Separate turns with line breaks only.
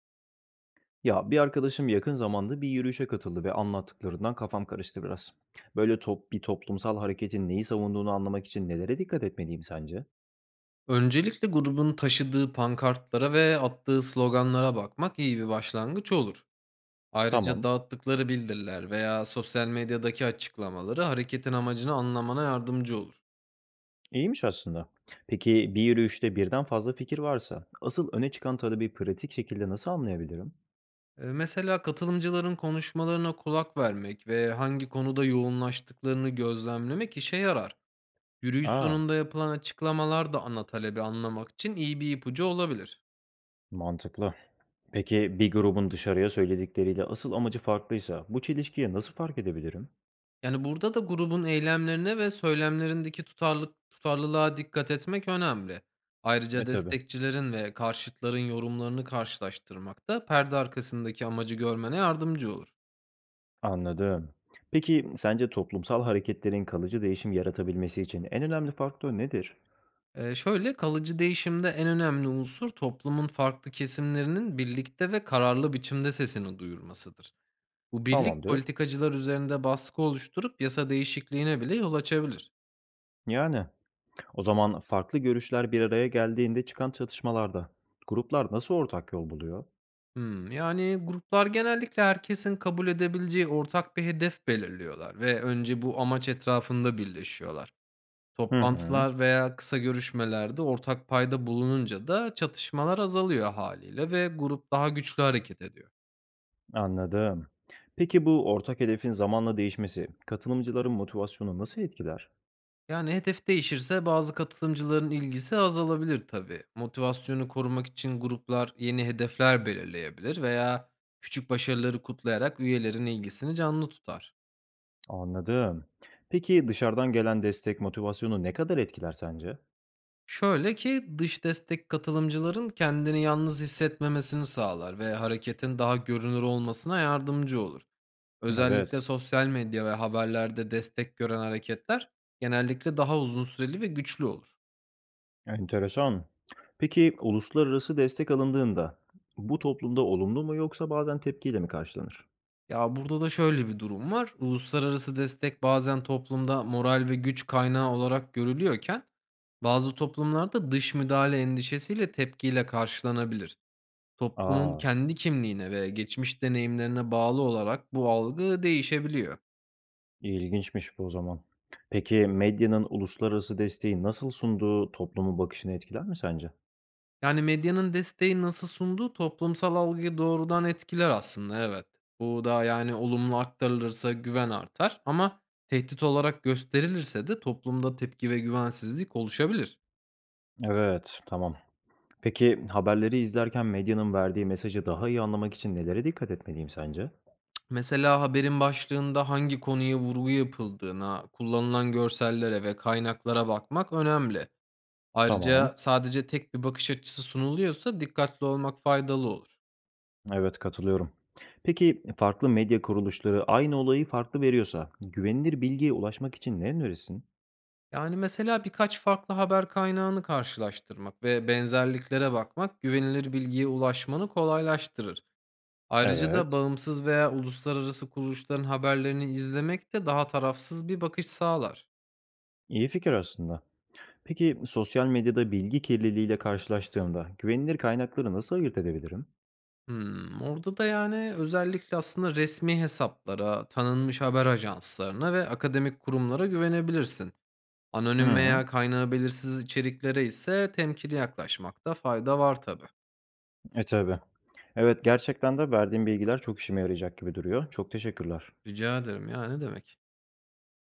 Ya bir arkadaşım yakın zamanda bir yürüyüşe katıldı ve anlattıklarından kafam karıştı biraz. Böyle bir toplumsal hareketin neyi savunduğunu anlamak için nelere dikkat etmeliyim sence?
Öncelikle grubun taşıdığı pankartlara ve attığı sloganlara bakmak iyi bir başlangıç olur. Ayrıca
Tamam,
dağıttıkları bildiriler veya sosyal medyadaki açıklamaları hareketin amacını anlamana yardımcı olur.
iyiymiş aslında. Peki bir yürüyüşte birden fazla fikir varsa, asıl öne çıkan talebi pratik şekilde nasıl anlayabilirim?
Mesela katılımcıların konuşmalarına kulak vermek ve hangi konuda yoğunlaştıklarını gözlemlemek işe yarar. Yürüyüş
Aa,
sonunda yapılan açıklamalar da ana talebi anlamak için iyi bir ipucu olabilir.
mantıklı. Peki bir grubun dışarıya söyledikleriyle asıl amacı farklıysa, bu çelişkiye nasıl fark edebilirim?
Yani, burada da grubun eylemlerine ve söylemlerindeki tutarlılığa dikkat etmek önemli.
E
Ayrıca
tabii.
destekçilerin ve karşıtların yorumlarını karşılaştırmak da perde arkasındaki amacı görmene yardımcı olur.
Anladım. Peki sence toplumsal hareketlerin kalıcı değişim yaratabilmesi için en önemli faktör nedir?
Kalıcı değişimde en önemli unsur toplumun farklı kesimlerinin birlikte ve kararlı biçimde sesini duyurmasıdır. Bu birlik
Tamamdır.
politikacılar üzerinde baskı oluşturup yasa değişikliğine bile yol açabilir.
Yani o zaman farklı görüşler bir araya geldiğinde çıkan çatışmalarda gruplar nasıl ortak yol buluyor?
Yani, gruplar genellikle herkesin kabul edebileceği ortak bir hedef belirliyorlar ve önce bu amaç etrafında birleşiyorlar.
Hı hı,
Toplantılar veya kısa görüşmelerde ortak payda bulununca da çatışmalar azalıyor haliyle ve grup daha güçlü hareket ediyor.
anladım. Peki bu ortak hedefin zamanla değişmesi katılımcıların motivasyonu nasıl etkiler?
Yani, hedef değişirse bazı katılımcıların ilgisi azalabilir tabii. Motivasyonu korumak için gruplar yeni hedefler belirleyebilir veya küçük başarıları kutlayarak üyelerin ilgisini canlı tutar.
Anladım. Peki dışarıdan gelen destek motivasyonu ne kadar etkiler sence?
Şöyle ki, dış destek katılımcıların kendini yalnız hissetmemesini sağlar ve hareketin daha görünür olmasına yardımcı olur. Özellikle
Evet.
sosyal medya ve haberlerde destek gören hareketler genellikle daha uzun süreli ve güçlü olur.
Enteresan. Peki uluslararası destek alındığında bu toplumda olumlu mu yoksa bazen tepkiyle mi karşılanır?
Ya burada da şöyle bir durum var. Uluslararası destek bazen toplumda moral ve güç kaynağı olarak görülüyorken bazı toplumlarda dış müdahale endişesiyle tepkiyle karşılanabilir. Toplumun
Aa,
kendi kimliğine ve geçmiş deneyimlerine bağlı olarak bu algı değişebiliyor.
ilginçmiş bu o zaman. Peki medyanın uluslararası desteği nasıl sunduğu toplumun bakışını etkiler mi sence?
Yani medyanın desteği nasıl sunduğu toplumsal algıyı doğrudan etkiler aslında, evet. Bu da yani olumlu aktarılırsa güven artar ama tehdit olarak gösterilirse de toplumda tepki ve güvensizlik oluşabilir.
Evet, tamam. Peki haberleri izlerken medyanın verdiği mesajı daha iyi anlamak için nelere dikkat etmeliyim sence?
Mesela haberin başlığında hangi konuya vurgu yapıldığına, kullanılan görsellere ve kaynaklara bakmak önemli. Ayrıca
Tamam.
sadece tek bir bakış açısı sunuluyorsa dikkatli olmak faydalı olur.
Evet, katılıyorum. Peki farklı medya kuruluşları aynı olayı farklı veriyorsa güvenilir bilgiye ulaşmak için ne önerirsin?
Yani, mesela birkaç farklı haber kaynağını karşılaştırmak ve benzerliklere bakmak güvenilir bilgiye ulaşmanı kolaylaştırır. Ayrıca da
Evet.
bağımsız veya uluslararası kuruluşların haberlerini izlemek de daha tarafsız bir bakış sağlar.
İyi fikir aslında. Peki sosyal medyada bilgi kirliliğiyle karşılaştığımda güvenilir kaynakları nasıl ayırt edebilirim?
Orada da, özellikle aslında resmi hesaplara, tanınmış haber ajanslarına ve akademik kurumlara güvenebilirsin. Anonim
Hı,
veya kaynağı belirsiz içeriklere ise temkinli yaklaşmakta fayda var tabii.
e tabii. Evet gerçekten de verdiğim bilgiler çok işime yarayacak gibi duruyor. Çok teşekkürler.
Rica ederim, ya, ne demek.